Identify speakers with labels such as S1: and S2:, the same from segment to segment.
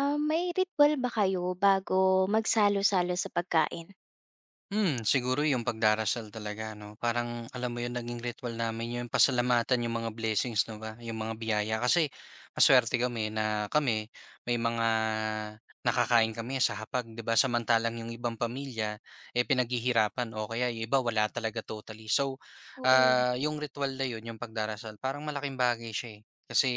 S1: Ah, may ritual ba kayo bago magsalo-salo sa pagkain?
S2: Siguro yung pagdarasal talaga 'no. Parang alam mo yun, naging ritual namin yung pasalamatan yung mga blessings 'no ba, yung mga biyaya. Kasi masuwerte kami na kami may mga nakakain kami sa hapag 'di ba, samantalang yung ibang pamilya, eh, pinaghihirapan o kaya yung iba wala talaga totally. So,
S1: Oo.
S2: ah, yung ritual na yun, yung pagdarasal parang malaking bagay siya, eh. Kasi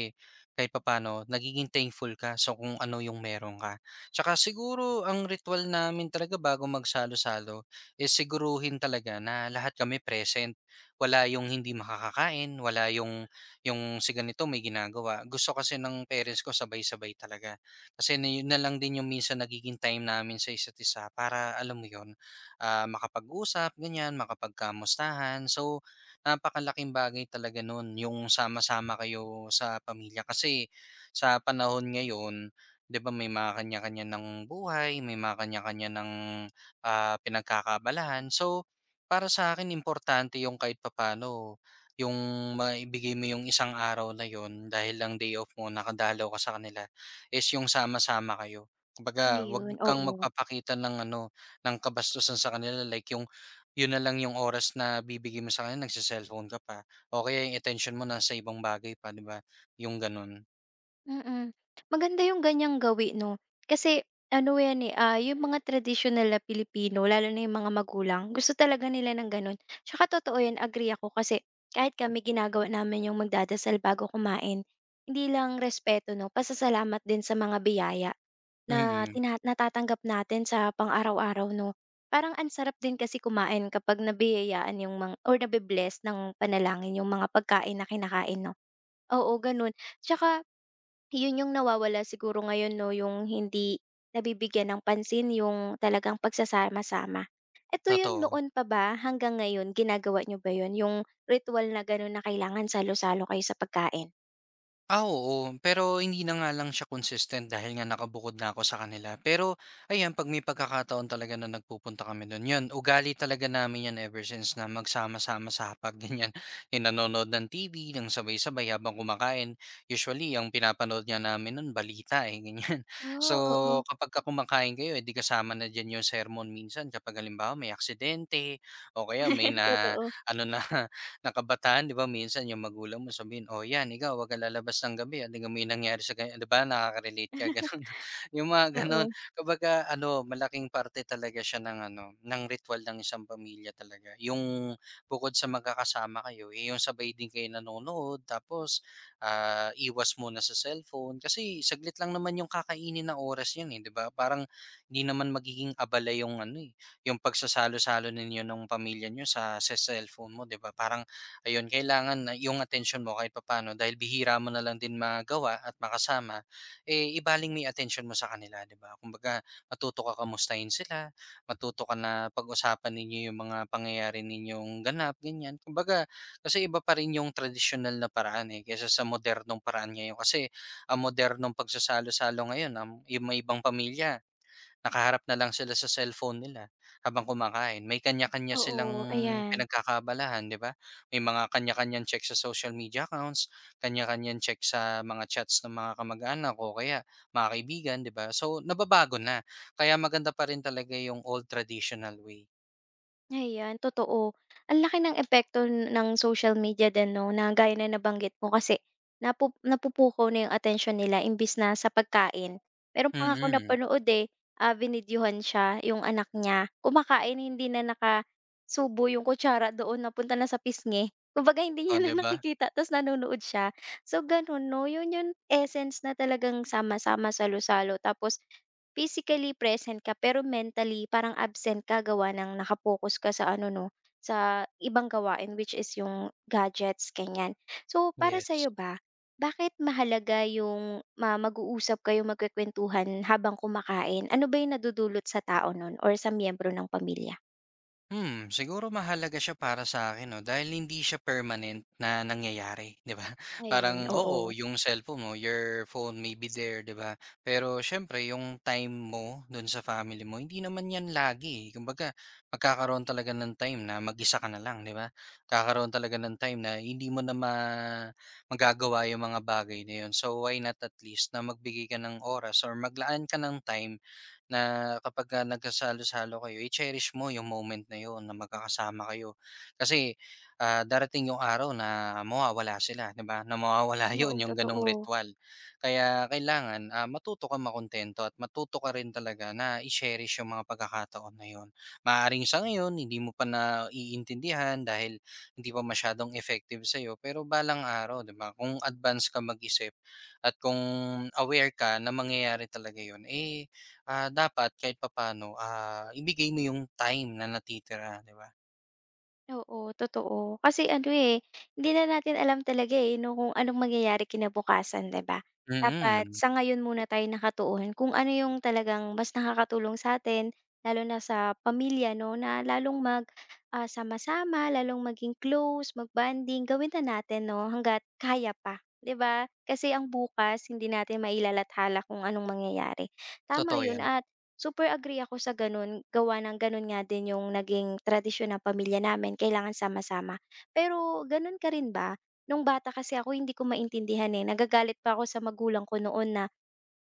S2: kahit papaano nagiging thankful ka so kung ano yung meron ka. Tsaka siguro ang ritual namin talaga bago magsalo-salo is siguruhin talaga na lahat kami present. Wala yung hindi makakakain, wala yung si ganito may ginagawa. Gusto kasi ng parents ko sabay-sabay talaga. Kasi na, yun na lang din yung minsan nagiging time namin sa isa't isa para alam mo yun, ah, makapag-usap, ganyan, makapagkamustahan. So, napakalaking bagay talaga nun yung sama-sama kayo sa pamilya. Kasi sa panahon ngayon, 'di ba may mga kanya-kanya ng buhay, may mga kanya-kanya ng ah, pinagkakaabalahan. So, para sa akin importante yung kahit papano yung maibigay mo yung isang araw na yon dahil lang day off mo, nakadalaw ka sa kanila, is yung sama-sama kayo. Kumbaga, wag
S1: Ayun,
S2: kang
S1: oo.
S2: magpapakita ng ano, ng kabastusan sa kanila like yung yun na lang yung oras na bibigay mo sa kanila nagse-cellphone ka pa o kaya yung attention mo nasa ibang bagay pa, 'di ba? Yung gano'n.
S1: Mm. Maganda yung ganyang gawin 'no, kasi ano yan, eh, yung mga tradisyonal na Pilipino lalo na yung mga magulang gusto talaga nila ng gano'n. Tsaka totoo yan, agree ako kasi kahit kami ginagawa namin yung magdadasal bago kumain. Hindi lang respeto 'no, pasasalamat din sa mga biyaya. Na
S2: Mm,
S1: natatanggap natin sa pang-araw-araw 'no. Parang ang sarap din kasi kumain kapag nabiyayaan yung mga or nabibless ng panalangin yung mga pagkain na kinakain 'no. Oo, gano'n. Tsaka yun yung nawawala siguro ngayon 'no, yung hindi nabibigyan ng pansin yung talagang pagsasama-sama. Eto yun,
S2: totoo.
S1: noon pa ba hanggang ngayon ginagawa nyo ba yun, yung ritual na gano'n na kailangan salo-salo kayo sa pagkain?
S2: Ah, oo. Pero hindi na nga lang siya consistent dahil nga nakabukod na ako sa kanila. Pero ayan, 'pag may pagkakataon talaga na nagpupunta kami do'n, 'yun, ugali talaga namin 'yan ever since na magsama-sama sa hapag, ganyan. Yung nanonood ng TV ng sabay-sabay habang kumakain. Usually ang pinapanood nga namin no'n balita, eh, ganyan. So,
S1: Oo, oo.
S2: kapagka kumakain kayo, eh, 'di kasama na diyan yung sermon minsan kapag halimbawa may aksidente o kaya may na
S1: Totoo.
S2: ano na ng kabataan, 'di ba, minsan yung magulang mo sabihin, "Oh, 'yan ikaw 'wag ka lalabas ng gabi at tingnan mo yung nangyari sa ganyan." 'Di ba, nakaka-relate ka gano'n, yung mga gano'n.
S1: Oo.
S2: Kumbaga ano, malaking parte talaga siya ng ano, ng ritual ng isang pamilya talaga. Yung bukod sa magkakasama kayo, eh, yung sabay din kayo nanonood tapos, ah, iwas muna sa cellphone kasi saglit lang naman yung kakainin na oras yun eh, 'di ba? Parang hindi naman magiging abala yung ano, eh, yung pagsasalo-salo ninyo nung pamilya niyo sa cellphone mo, 'di ba? Parang ayun kailangan na yung attention mo kahit papaano dahil bihira mo na lang din magawa at makasama, eh, ibaling mo yung atensyon mo sa kanila, 'di ba? Kumbaga matuto ka kamustahin sila, matuto ka na pag-usapan ninyo yung mga pangyayari ninyong ganap, ganyan. Kumbaga kasi iba pa rin yung traditional na paraan eh kaysa sa modernong paraan ngayon kasi ang modernong pagsasalo-salo ngayon, ang yung may ibang pamilya nakaharap na lang sila sa cellphone nila habang kumakain. May kanya-kanya silang
S1: Oo, ayan.
S2: pinagkakaabalahan, 'di ba? May mga kanya-kanyang check sa social media accounts, kanya-kanyang check sa mga chats ng mga kamag-anak o kaya mga kaibigan, 'di ba? So, nababago na. Kaya maganda pa rin talaga yung old traditional way.
S1: Ayan, totoo. Ang laki ng epekto ng social media din 'no, na gaya ng nabanggit mo kasi napupuko na yung atensyon nila imbis na sa pagkain. Meron pa nga akong
S2: Mm.
S1: napanood, eh, binidyuhan siya, yung anak niya, kumakain hindi na nakasubo yung kutsara doon, napunta na sa pisngi. Kumbaga hindi
S2: Oh,
S1: niya na
S2: 'di ba?
S1: nakikita ta's nanonood siya. So gano'n 'no, yun yung essence na talagang sama-sama, salo-salo tapos physically present ka pero mentally parang absent ka gawa ng nakapokus ka sa ano 'no, sa ibang gawain which is yung gadgets ganyan. So para
S2: Yes.
S1: sa'yo ba, bakit mahalaga yung mag-uusap kayo, magkwekwentuhan habang kumakain? Ano ba yung nadudulot sa tao nun or sa miyembro ng pamilya?
S2: Siguro mahalaga siya para sa akin, 'no, dahil hindi siya permanent na nangyayari, 'di ba?
S1: Ayun,
S2: Parang oo,
S1: oo.
S2: yung cellphone mo, your phone may be there, 'di ba? Pero siyempre yung time mo dun sa family mo, hindi naman 'yan lagi, eh. Kumbaga magkakaroon talaga ng time na mag-isa ka na lang, 'di ba? Kakaroon talaga ng time na hindi mo na magagawa yung mga bagay na yun. So, why not at least na magbigay ka ng oras or maglaan ka ng time na kapagka nagsasalo-salo kayo, i-cherish mo yung moment na yun na magkakasama kayo. Kasi, ah, darating yung araw na mawawala sila, 'di ba? Na mawawala yun,
S1: Oo,
S2: yung ganong
S1: totoo.
S2: ritual. Kaya kailangan, ah, matuto ka makontento at matuto ka rin talaga na i-cherish yung mga pagkakataon na yon. Maaring sa ngayon, hindi mo pa naiintindihan dahil hindi pa masyadong effective sa'yo. Pero balang araw, di ba? Kung advance ka mag-isip at kung aware ka na mangyayari talaga yon, eh ah, dapat kahit papaano, ah, ibigay mo yung time na natitira, 'di ba?
S1: Oo, totoo. Kasi ano, eh, hindi na natin alam talaga, eh, 'no, kung anong mangyayari kinabukasan, 'di ba? Dapat
S2: Mm,
S1: sa ngayon muna tayo nakatuon kung ano yung talagang mas nakakatulong sa'tin, lalo na sa pamilya, 'no, na lalong sama-sama, lalong maging close, magbanding, gawin na natin, 'no, hangga't kaya pa, 'di ba? Kasi ang bukas hindi natin mailalathala kung anong mangyayari. Tama
S2: totoo 'yan.
S1: yun at super agree ako sa gano'n, gawa ng gano'n nga din yung naging tradisyon ng pamilya namin kailangan sama-sama. Pero gano'n ka rin ba? Nung bata kasi ako hindi ko maintindihan, eh, nagagalit pa ako sa magulang ko noon na,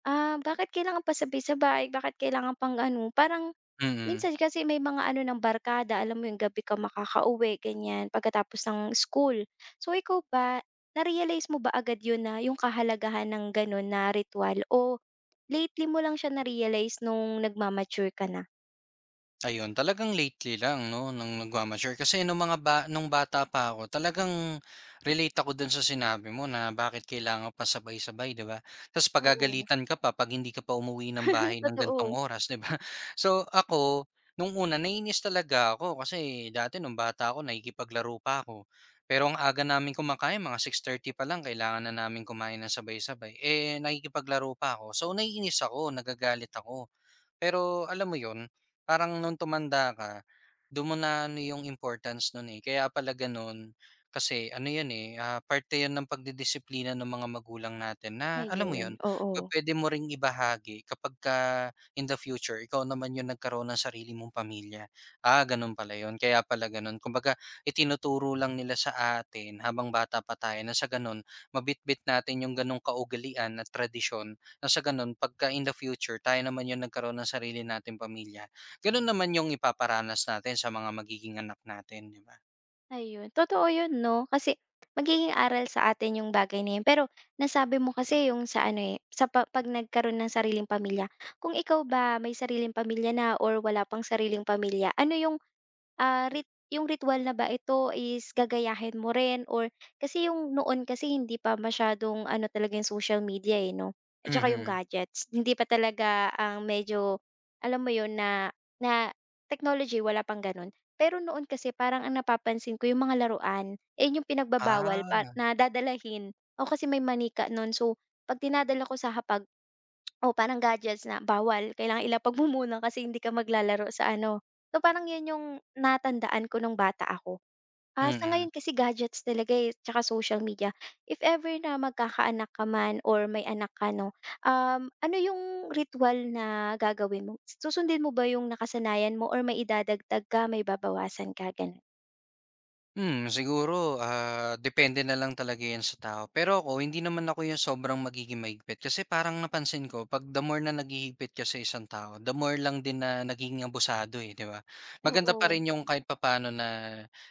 S1: "Ah, bakit kailangan pa pasabay-sabay, bakit kailangan pang ano," parang.
S2: Mm.
S1: Minsan kasi may mga ano ng barkada, alam mo yung gabi ka makakauwi ganyan, pagkatapos ng school. So ikaw ba, na-realize mo ba agad yun na yung kahalagahan ng gano'n na ritual o lately mo lang siya na-realize nung nagma-mature ka na?
S2: Ayun, talagang lately lang 'no, nang nagma kasi nung mga ba nung bata pa ako talagang relate ako dun sa sinabi mo na bakit kailangan pa sabay-sabay, 'di ba? Ta's
S1: Oo,
S2: pagagalitan ka pa 'pag hindi ka pa umuwi ng bahay ng gantong
S1: totoo.
S2: oras, 'di ba? So, ako nung una naiinis talaga ako kasi dati nung bata ako nakikipaglaro pa ako. Pero ang aga naming kumakain mga 6:30 pa lang kailangan na naming kumain ng sabay-sabay, eh, nakikipaglaro pa ako. So, naiinis ako, nagagalit ako. Pero alam mo 'yun, parang nung tumanda ka, dun mo na ano yung importance nun, eh. Kaya pala ganun, kasi ano 'yan, eh, ah, parte 'yan ng pagdidisiplina ng mga magulang natin na alam mo
S1: Ayun,
S2: 'yun,
S1: oo.
S2: pa- pwede mo ring ibahagi kapagka in the future ikaw naman yung nagkaroon ng sarili mong pamilya. Ah, ganun pala 'yun, kaya pala ganun. Kumbaga itinuturo lang nila sa atin habang bata pa tayo na sa ganun mabitbit natin yung gano'ng kaugalian at tradisyon na sa gano'n pagka in the future tayo naman 'yung nagkaroon ng sarili nating pamilya, gano'n naman 'yung ipaparanas natin sa mga magiging anak natin, 'di ba?
S1: Ayun, totoo yun 'no, kasi magiging aral sa atin yung bagay na yun. Pero nasabi mo kasi yung sa ano, eh, sa 'pag nagkaroon ng sariling pamilya. Kung ikaw ba may sariling pamilya na or wala pang sariling pamilya, ano yung ritual na ba ito is gagayahin mo rin or kasi yung noon kasi hindi pa masyadong ano talaga yung social media, eh, 'no? At saka yung
S2: Mhm.
S1: gadgets, hindi pa talaga ang medyo alam mo yun na na technology wala pang gano'n. Pero noon kasi parang ang napapansin ko yung mga laruan, eh yung pinagbabawal pa
S2: Ah,
S1: na dadalhin, o kasi may manika nun so 'pag dinadala ko sa hapag, o parang gadgets na bawal, kailangan ilapag mo muna kasi hindi ka maglalaro sa ano. So, parang 'yun yung natandaan ko nung bata ako. Ah, sa
S2: mm.
S1: ngayon kasi gadgets talaga, eh, tsaka social media. If ever na magkakaanak ka man or may anak ka 'no, ano yung ritual na gagawin mo? Susundin mo ba yung nakasanayan mo or may idadagdag ka, may babawasan ka, gano'n?
S2: Siguro, ah, depende na lang talaga 'yan sa tao. Pero ako, hindi naman ako 'yung sobrang magiging mahigpit kasi parang napansin ko 'pag the more na naghihigpit ka sa isang tao, the more lang din na nagiging abusado, eh, 'di ba? Maganda pa
S1: Oo.
S2: rin 'yung kahit papaano na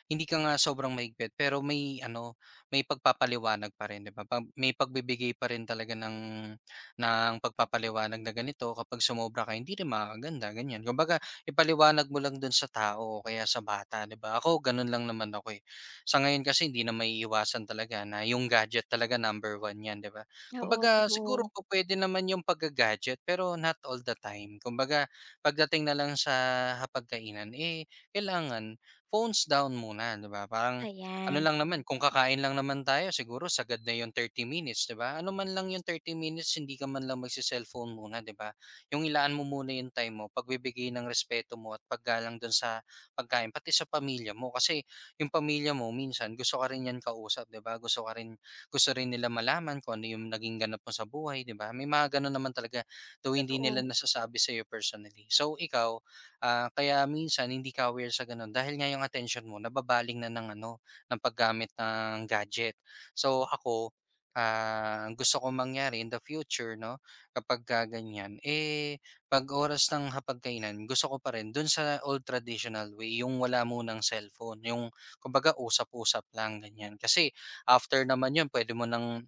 S2: hindi ka nga sobrang mahigpit pero may ano, may pagpapaliwanag pa rin, 'di ba? Pag may pagbibigay pa rin talaga ng pagpapaliwanag na ganito kapag sumobra ka hindi rin makakaganda, ganiyan. Kumbaga ipaliwanag mo lang dun sa tao o kaya sa bata, 'di ba? Ako ganun lang naman ako, eh. Sa ngayon kasi hindi na maiiwasan talaga na yung gadget talaga number one 'yan, 'di ba?
S1: Oo,
S2: Kumbaga siguro
S1: totoo.
S2: pupuwede naman yung pagga-gadget pero not all the time. Kumbaga pagdating na lang sa hapagkainan, eh, kailangan phones down muna, 'di ba? Parang ano
S1: Ayan.
S2: lang naman, kung kakain lang naman tayo siguro sagad na yung 30 minutes, 'di ba? Ano man lang yung 30 minutes, hindi ka man lang magse-cellphone muna, 'di ba? Yung ilaan mo muna yung time mo, pagbibigay ng respeto mo at paggalang dun sa pagkain, pati sa pamilya mo. Kasi yung pamilya mo, minsan gusto ka rin yan kausap, di ba? Gusto ka rin, gusto rin nila malaman kung ano yung naging ganap mo sa buhay, di ba? May mga ganun naman talaga, though hindi nila
S1: Totoo.
S2: nasasabi sa iyo personally. So, ikaw, ah, kaya minsan hindi ka aware sa ganun dahil nga yung attention mo, nababaling na ng ano, ng paggamit ng gadget. So, ako, ah, gusto ko mangyari in the future, no? Kapagka ganyan, eh, 'pag oras ng hapagkainan gusto ko pa rin dun sa old traditional way, yung wala munang cellphone, yung kumbaga usap-usap lang ganyan. Kasi after naman yun puwede mo ng,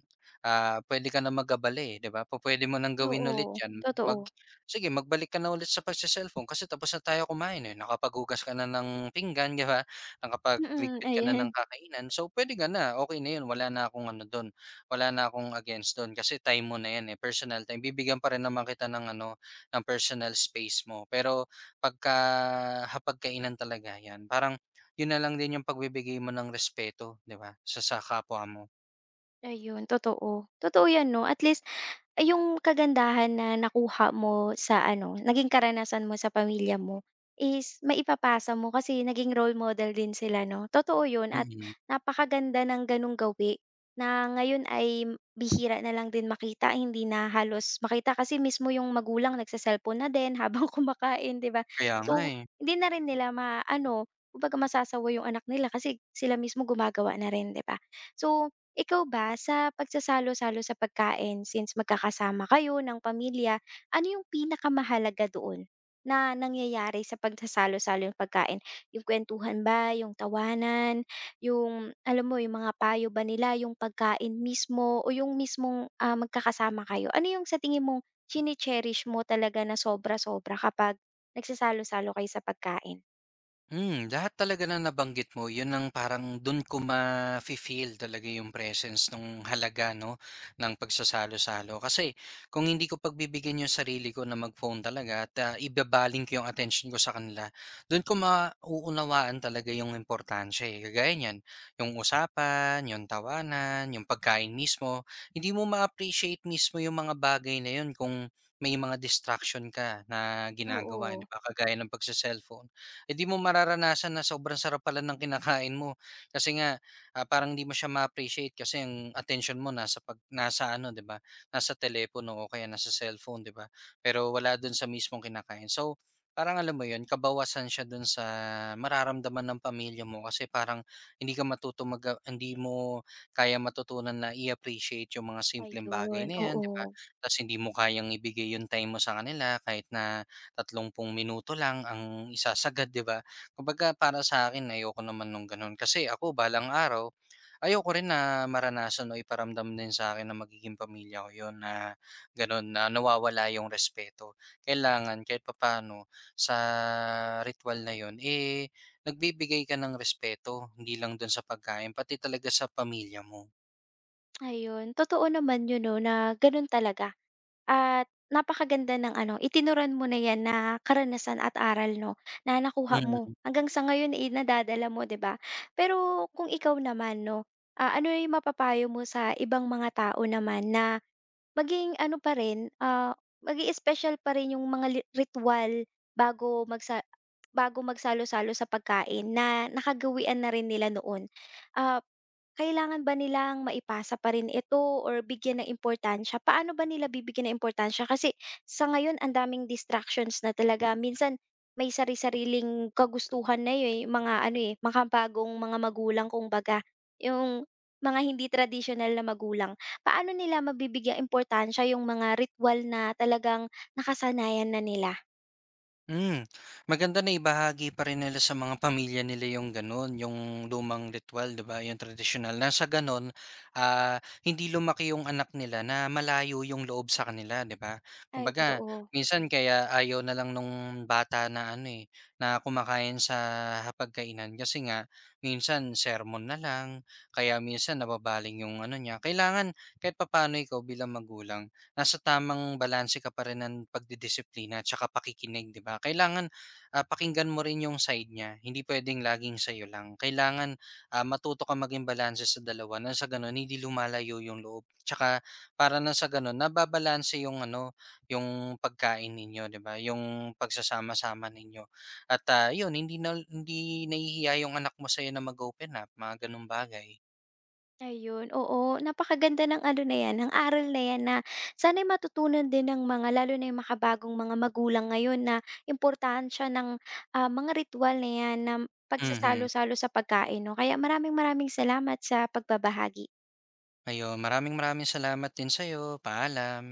S2: ah, puwede ka na mag-abala, eh, 'di ba? Pupuwede mo ng gawin ulit
S1: Oo,
S2: yan,
S1: totoo.
S2: mag sige magbalik ka na ulit sa pagse-cellphone kasi tapos na tayo kumain, eh, nakapaghugas ka na ng pinggan, 'di ba?
S1: Mm,
S2: Nakapagligpit ka na
S1: ayan.
S2: ng kakainan, so puwede ka na, okay na yun, wala na akong ano dun. Wala na akong against do'n kasi time mo na 'yan, eh, personal time. Bibigyan pa rin naman kita ng ano, ng personal space mo. Pero pagka hapagkainan talaga 'yan, parang 'yun na lang din yung pagbibigay mo ng respeto, 'di ba, sa kapwa mo.
S1: Ayun, totoo. Totoo 'yan 'no, at least. Ay, yung kagandahan na nakuha mo sa ano, naging karanasan mo sa pamilya mo is maipapasa mo kasi naging role model din sila 'no. Totoo 'yun at
S2: Mm,
S1: napakaganda ng gano'ng gawi na ngayon ay bihira na lang din makita, hindi na halos makita kasi mismo yung magulang nagse-cellphone na din habang kumakain, 'di ba?
S2: kaya nga,
S1: So,
S2: eh.
S1: hindi na rin nila ano, kumbaga masasawa yung anak nila kasi sila mismo gumagawa na rin, 'di ba? So ikaw ba, sa pagsasalo-salo sa pagkain since magkakasama kayo ng pamilya, ano yung pinakamahalaga doon na nangyayari sa pagsasalo-salo ng pagkain? Yung kwentuhan ba, yung tawanan, yung alam mo yung mga payo ba nila, yung pagkain mismo o yung mismong, magkakasama kayo? Ano yung sa tingin mong chine-cherish mo talaga na sobra-sobra kapag nagsasalo-salo kayo sa pagkain?
S2: Lahat talaga na nabanggit mo, yun ang parang dun ko mafe-feel talaga yung presence nung halaga, no, ng pagsasalo-salo. Kasi kung hindi ko pagbibigyan yung sarili ko na mag-phone talaga at ah, ibabaling ko yung attention ko sa kanila, dun ko mauunawaan talaga yung importansya. Eh. Kagaya niyan, yung usapan, yung tawanan, yung pagkain mismo, hindi mo ma-appreciate mismo yung mga bagay na yun kung may mga distraction ka na ginagawa, di
S1: Oo,
S2: ba? Kagaya ng pagsa-cellphone hindi mo mararanasan na sobrang sarap pala ng kinakain mo. Kasi nga, ah, parang hindi mo siya ma-appreciate kasi ang attention mo nasa nasa ano, 'di ba? Nasa telepono o kaya nasa cellphone, 'di ba? Pero wala dun sa mismong kinakain. So, parang alam mo 'yun, kabawasan siya dun sa mararamdaman ng pamilya mo kasi parang hindi ka matuto hindi mo kaya matutunan na i-appreciate yung mga simpleng bagay na mm. 'Yan,
S1: oo.
S2: 'di ba? Tapos hindi mo kayang ibigay yung time mo sa kanila kahit na 30 minuto lang ang isasagad, 'di ba? Kumbaga para sa akin ayoko naman nung gano'n kasi ako balang araw, ayoko rin na maranasan o iparamdam din sa akin na magiging pamilya ko 'yun na gano'n, na nawawala yung respeto. Kailangan kahit papano sa ritual na 'yun, eh, nagbibigay ka ng respeto, hindi lang dun sa pagkain pati talaga sa pamilya mo.
S1: Ayun, totoo naman yun 'no, na ganun talaga. At napakaganda ng ano, itinuran mo na 'yan na karanasan at aral 'no, na nakuha mo.
S2: Mm.
S1: Hanggang sa ngayon, eh, nadadala mo, 'di ba? Pero kung ikaw naman 'no, ano yung mapapayo mo sa ibang mga tao naman na maging ano pa rin, maging espesyal pa rin yung mga ritwal bago magsa bago magsalo-salo sa pagkain na nakagawian na rin nila noon? Ah, kailangan ba nilang maipasa pa rin ito or bigyan ng importansya? Paano ba nila bibigyan ng importansya? Kasi sa ngayon ang daming distractions na talaga minsan may sari-sariling kagustuhan na yun, eh, yung mga ano eh, mga bagong mga magulang kung kumbaga, yung mga hindi traditional na magulang. Paano nila mabibigyang importansya yung mga ritual na talagang nakasanayan na nila?
S2: Hmm, Maganda na ibahagi pa rin nila sa mga pamilya nila yung gano'n, yung lumang ritual, 'di ba, yung tradisyonal na sa gano'n, ah, hindi lumaki yung anak nila na malayo yung loob sa kanila 'di ba?
S1: Ay,
S2: Kumbaga
S1: totoo.
S2: minsan kaya ayaw na lang nung bata na ano, eh, na kumakain sa hapagkainan kasi nga minsan sermon na lang, kaya minsan nababaling yung ano niya. Kailangan kahit papaano ikaw bilang magulang nasa tamang balanse ka pa rin ng pagdidisiplina at saka pakikinig, 'di ba? Kailangan, ah, pakinggan mo rin yung side niya, hindi puwedeng laging sa'yo lang. Kailangan, ah, matuto ka maging balanse sa dalawa na sa gano'n hindi lumalayo yung loob. Tsaka para nang sa gano'n nababalanse yung ano, yung pagkain ninyo, 'di ba? Yung pagsasama-sama ninyo at, ah, yun hindi na hindi nahihiya yung anak mo sa'yo na mag-open up, mga gano'ng bagay.
S1: Ayun, oo. Napakaganda ng ano na 'yan, ng aral na 'yan na sana'y matutunan din ng mga lalo na yung makabagong mga magulang ngayon na importansya ng, mga ritual na 'yan na
S2: Mhm.
S1: pagsasalo-salo sa pagkain 'no. Kaya maraming maraming salamat sa pagbabahagi.
S2: Ayun, maraming maraming salamat din sa'yo. Paalam.